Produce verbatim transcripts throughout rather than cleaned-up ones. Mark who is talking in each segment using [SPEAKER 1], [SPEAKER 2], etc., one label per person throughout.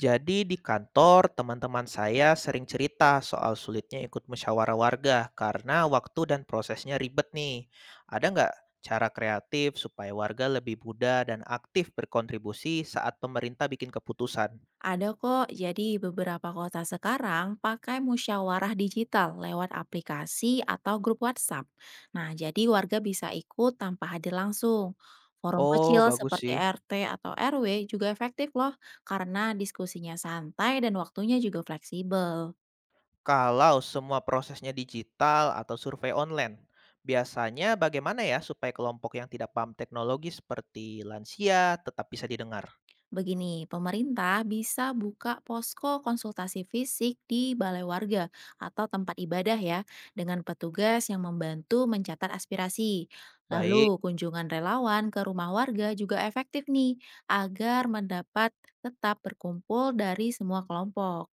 [SPEAKER 1] Jadi di kantor, teman-teman saya sering cerita soal sulitnya ikut musyawarah warga karena waktu dan prosesnya ribet nih. Ada nggak cara kreatif supaya warga lebih muda dan aktif berkontribusi saat pemerintah bikin keputusan?
[SPEAKER 2] Ada kok, jadi beberapa kota sekarang pakai musyawarah digital lewat aplikasi atau grup WhatsApp. Nah, jadi warga bisa ikut tanpa hadir langsung. Forum
[SPEAKER 1] Oh,
[SPEAKER 2] kecil
[SPEAKER 1] bagus
[SPEAKER 2] seperti
[SPEAKER 1] sih.
[SPEAKER 2] R T atau R W juga efektif loh, karena diskusinya santai dan waktunya juga fleksibel.
[SPEAKER 1] Kalau semua prosesnya digital atau survei online, biasanya bagaimana ya supaya kelompok yang tidak paham teknologi seperti lansia tetap bisa didengar?
[SPEAKER 2] Begini, pemerintah bisa buka posko konsultasi fisik di balai warga atau tempat ibadah ya, dengan petugas yang membantu mencatat aspirasi. Lalu
[SPEAKER 1] Baik.
[SPEAKER 2] kunjungan relawan ke rumah warga juga efektif nih, agar mendapat tetap berkumpul dari semua kelompok.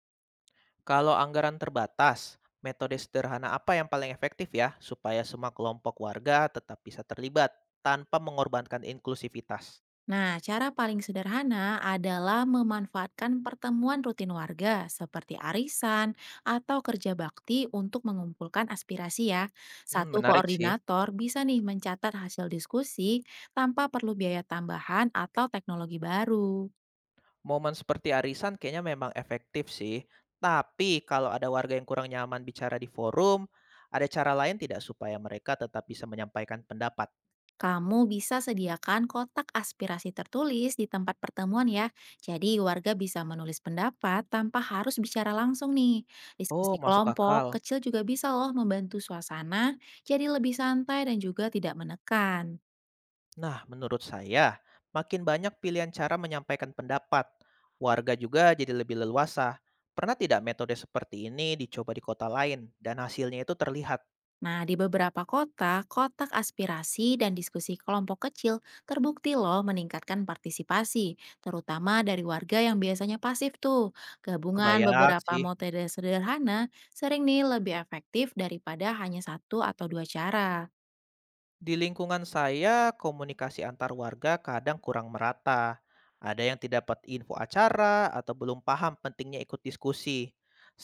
[SPEAKER 1] Kalau anggaran terbatas, metode sederhana apa yang paling efektif ya supaya semua kelompok warga tetap bisa terlibat tanpa mengorbankan inklusivitas?
[SPEAKER 2] Nah, cara paling sederhana adalah memanfaatkan pertemuan rutin warga seperti arisan atau kerja bakti untuk mengumpulkan aspirasi ya.
[SPEAKER 1] Hmm,
[SPEAKER 2] Satu
[SPEAKER 1] menarik sih.
[SPEAKER 2] koordinator bisa nih mencatat hasil diskusi tanpa perlu biaya tambahan atau teknologi baru.
[SPEAKER 1] Momen seperti arisan kayaknya memang efektif sih. Tapi kalau ada warga yang kurang nyaman bicara di forum, ada cara lain tidak supaya mereka tetap bisa menyampaikan pendapat?
[SPEAKER 2] Kamu bisa sediakan kotak aspirasi tertulis di tempat pertemuan ya. Jadi warga bisa menulis pendapat tanpa harus bicara langsung nih.
[SPEAKER 1] Oh,
[SPEAKER 2] Diskusi
[SPEAKER 1] masuk akal.
[SPEAKER 2] kelompok kecil juga bisa loh membantu suasana jadi lebih santai dan juga tidak menekan.
[SPEAKER 1] Nah, menurut saya, makin banyak pilihan cara menyampaikan pendapat. Warga juga jadi lebih leluasa. Pernah tidak metode seperti ini dicoba di kota lain dan hasilnya itu terlihat?
[SPEAKER 2] Nah, di beberapa kota, kotak aspirasi dan diskusi kelompok kecil terbukti loh meningkatkan partisipasi, terutama dari warga yang biasanya pasif tuh. Gabungan
[SPEAKER 1] Kebayang
[SPEAKER 2] beberapa
[SPEAKER 1] sih.
[SPEAKER 2] metode sederhana sering nih lebih efektif daripada hanya satu atau dua cara.
[SPEAKER 1] Di lingkungan saya, komunikasi antar warga kadang kurang merata. Ada yang tidak dapat info acara atau belum paham pentingnya ikut diskusi.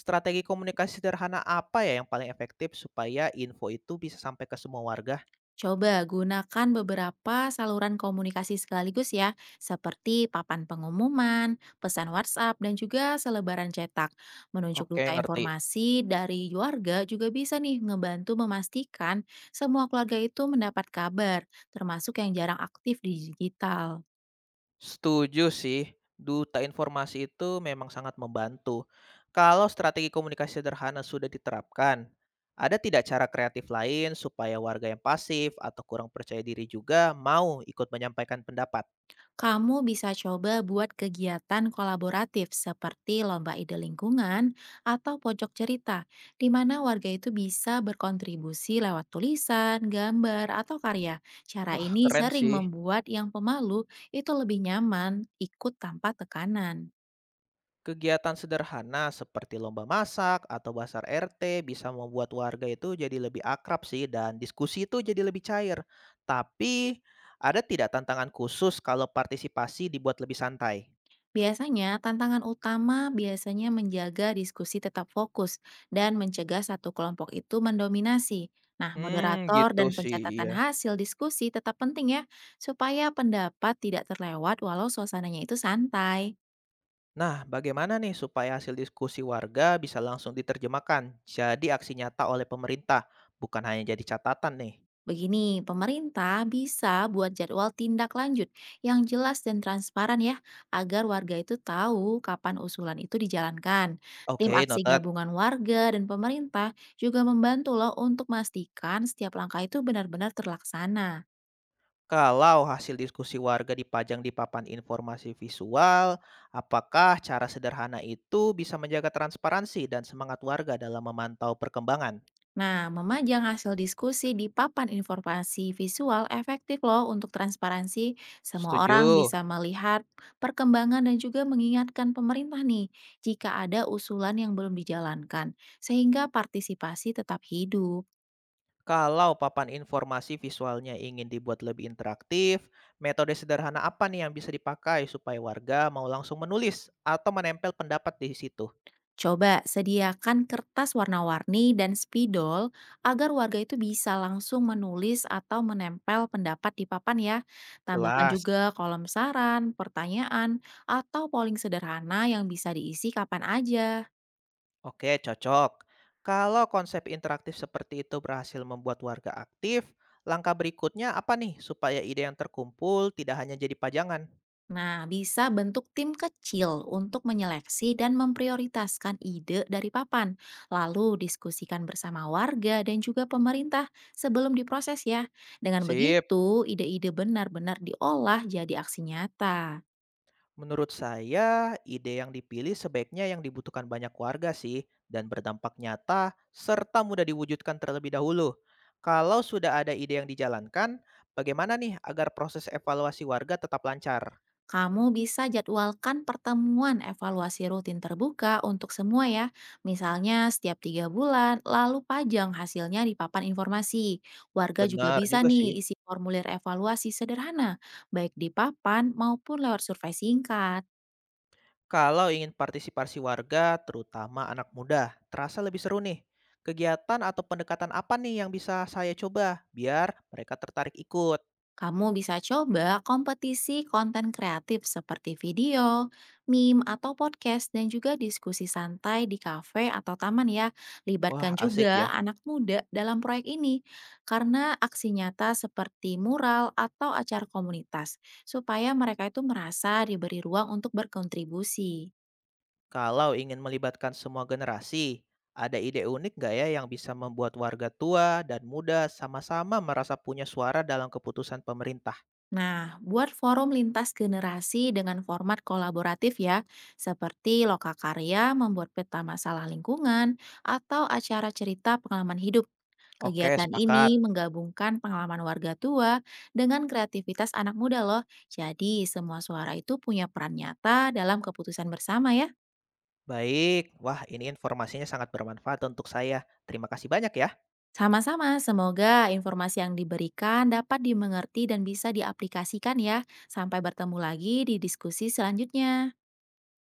[SPEAKER 1] Strategi komunikasi sederhana apa ya yang paling efektif supaya info itu bisa sampai ke semua warga?
[SPEAKER 2] Coba gunakan beberapa saluran komunikasi sekaligus ya, seperti papan pengumuman, pesan WhatsApp, dan juga selebaran cetak. Menunjuk
[SPEAKER 1] Oke,
[SPEAKER 2] duta
[SPEAKER 1] ngerti.
[SPEAKER 2] informasi dari keluarga juga bisa nih ngebantu memastikan semua keluarga itu mendapat kabar, termasuk yang jarang aktif di digital.
[SPEAKER 1] Setuju sih, duta informasi itu memang sangat membantu. Kalau strategi komunikasi sederhana sudah diterapkan, ada tidak cara kreatif lain supaya warga yang pasif atau kurang percaya diri juga mau ikut menyampaikan pendapat?
[SPEAKER 2] Kamu bisa coba buat kegiatan kolaboratif seperti lomba ide lingkungan atau pojok cerita, di mana warga itu bisa berkontribusi lewat tulisan, gambar, atau karya. Cara
[SPEAKER 1] Wah,
[SPEAKER 2] ini
[SPEAKER 1] keren
[SPEAKER 2] sering
[SPEAKER 1] sih.
[SPEAKER 2] membuat yang pemalu itu lebih nyaman ikut tanpa tekanan.
[SPEAKER 1] Kegiatan sederhana seperti lomba masak atau basar R T bisa membuat warga itu jadi lebih akrab sih dan diskusi itu jadi lebih cair. Tapi ada tidak tantangan khusus kalau partisipasi dibuat lebih santai?
[SPEAKER 2] Biasanya, tantangan utama biasanya menjaga diskusi tetap fokus dan mencegah satu kelompok itu mendominasi. Nah,
[SPEAKER 1] Hmm,
[SPEAKER 2] moderator
[SPEAKER 1] gitu
[SPEAKER 2] dan
[SPEAKER 1] sih, iya.
[SPEAKER 2] pencatatan hasil diskusi tetap penting ya, supaya pendapat tidak terlewat walau suasananya itu santai.
[SPEAKER 1] Nah, bagaimana nih supaya hasil diskusi warga bisa langsung diterjemahkan jadi aksi nyata oleh pemerintah, bukan hanya jadi catatan nih?
[SPEAKER 2] Begini, pemerintah bisa buat jadwal tindak lanjut yang jelas dan transparan ya, agar warga itu tahu kapan usulan itu dijalankan. Tim
[SPEAKER 1] Oke,
[SPEAKER 2] aksi
[SPEAKER 1] noted.
[SPEAKER 2] gabungan warga dan pemerintah juga membantu loh untuk memastikan setiap langkah itu benar-benar terlaksana.
[SPEAKER 1] Kalau hasil diskusi warga dipajang di papan informasi visual, apakah cara sederhana itu bisa menjaga transparansi dan semangat warga dalam memantau perkembangan?
[SPEAKER 2] Nah, memajang hasil diskusi di papan informasi visual efektif loh untuk transparansi. Semua orang
[SPEAKER 1] Setuju.
[SPEAKER 2] bisa melihat perkembangan dan juga mengingatkan pemerintah nih jika ada usulan yang belum dijalankan, sehingga partisipasi tetap hidup.
[SPEAKER 1] Kalau papan informasi visualnya ingin dibuat lebih interaktif, metode sederhana apa nih yang bisa dipakai supaya warga mau langsung menulis atau menempel pendapat di situ?
[SPEAKER 2] Coba sediakan kertas warna-warni dan spidol agar warga itu bisa langsung menulis atau menempel pendapat di papan ya. Tambahkan
[SPEAKER 1] Jelas.
[SPEAKER 2] juga kolom saran, pertanyaan, atau polling sederhana yang bisa diisi kapan aja.
[SPEAKER 1] Oke, cocok. Kalau konsep interaktif seperti itu berhasil membuat warga aktif, langkah berikutnya apa nih supaya ide yang terkumpul tidak hanya jadi pajangan?
[SPEAKER 2] Nah, bisa bentuk tim kecil untuk menyeleksi dan memprioritaskan ide dari papan, lalu diskusikan bersama warga dan juga pemerintah sebelum diproses ya. Dengan
[SPEAKER 1] Sip.
[SPEAKER 2] begitu, ide-ide benar-benar diolah jadi aksi nyata.
[SPEAKER 1] Menurut saya, ide yang dipilih sebaiknya yang dibutuhkan banyak warga sih dan berdampak nyata serta mudah diwujudkan terlebih dahulu. Kalau sudah ada ide yang dijalankan, bagaimana nih agar proses evaluasi warga tetap lancar?
[SPEAKER 2] Kamu bisa jadwalkan pertemuan evaluasi rutin terbuka untuk semua ya. Misalnya setiap tiga bulan, lalu pajang hasilnya di papan informasi. Warga juga
[SPEAKER 1] Benar
[SPEAKER 2] bisa
[SPEAKER 1] juga sih.
[SPEAKER 2] nih isi formulir evaluasi sederhana, baik di papan maupun lewat survei singkat.
[SPEAKER 1] Kalau ingin partisipasi warga, terutama anak muda, terasa lebih seru nih. Kegiatan atau pendekatan apa nih yang bisa saya coba biar mereka tertarik ikut?
[SPEAKER 2] Kamu bisa coba kompetisi konten kreatif seperti video, meme, atau podcast, dan juga diskusi santai di kafe atau taman ya.
[SPEAKER 1] Wah,
[SPEAKER 2] Libatkan
[SPEAKER 1] asik
[SPEAKER 2] juga
[SPEAKER 1] ya.
[SPEAKER 2] anak muda dalam proyek ini, karena aksi nyata seperti mural atau acara komunitas, supaya mereka itu merasa diberi ruang untuk berkontribusi.
[SPEAKER 1] Kalau ingin melibatkan semua generasi, ada ide unik nggak ya yang bisa membuat warga tua dan muda sama-sama merasa punya suara dalam keputusan pemerintah?
[SPEAKER 2] Nah, buat forum lintas generasi dengan format kolaboratif ya, seperti lokakarya, membuat peta masalah lingkungan, atau acara cerita pengalaman hidup.
[SPEAKER 1] Oke,
[SPEAKER 2] Kegiatan
[SPEAKER 1] sepakat.
[SPEAKER 2] ini menggabungkan pengalaman warga tua dengan kreativitas anak muda loh. Jadi, semua suara itu punya peran nyata dalam keputusan bersama ya.
[SPEAKER 1] Baik, wah ini informasinya sangat bermanfaat untuk saya. Terima kasih banyak ya.
[SPEAKER 2] Sama-sama, semoga informasi yang diberikan dapat dimengerti dan bisa diaplikasikan ya. Sampai bertemu lagi di diskusi selanjutnya.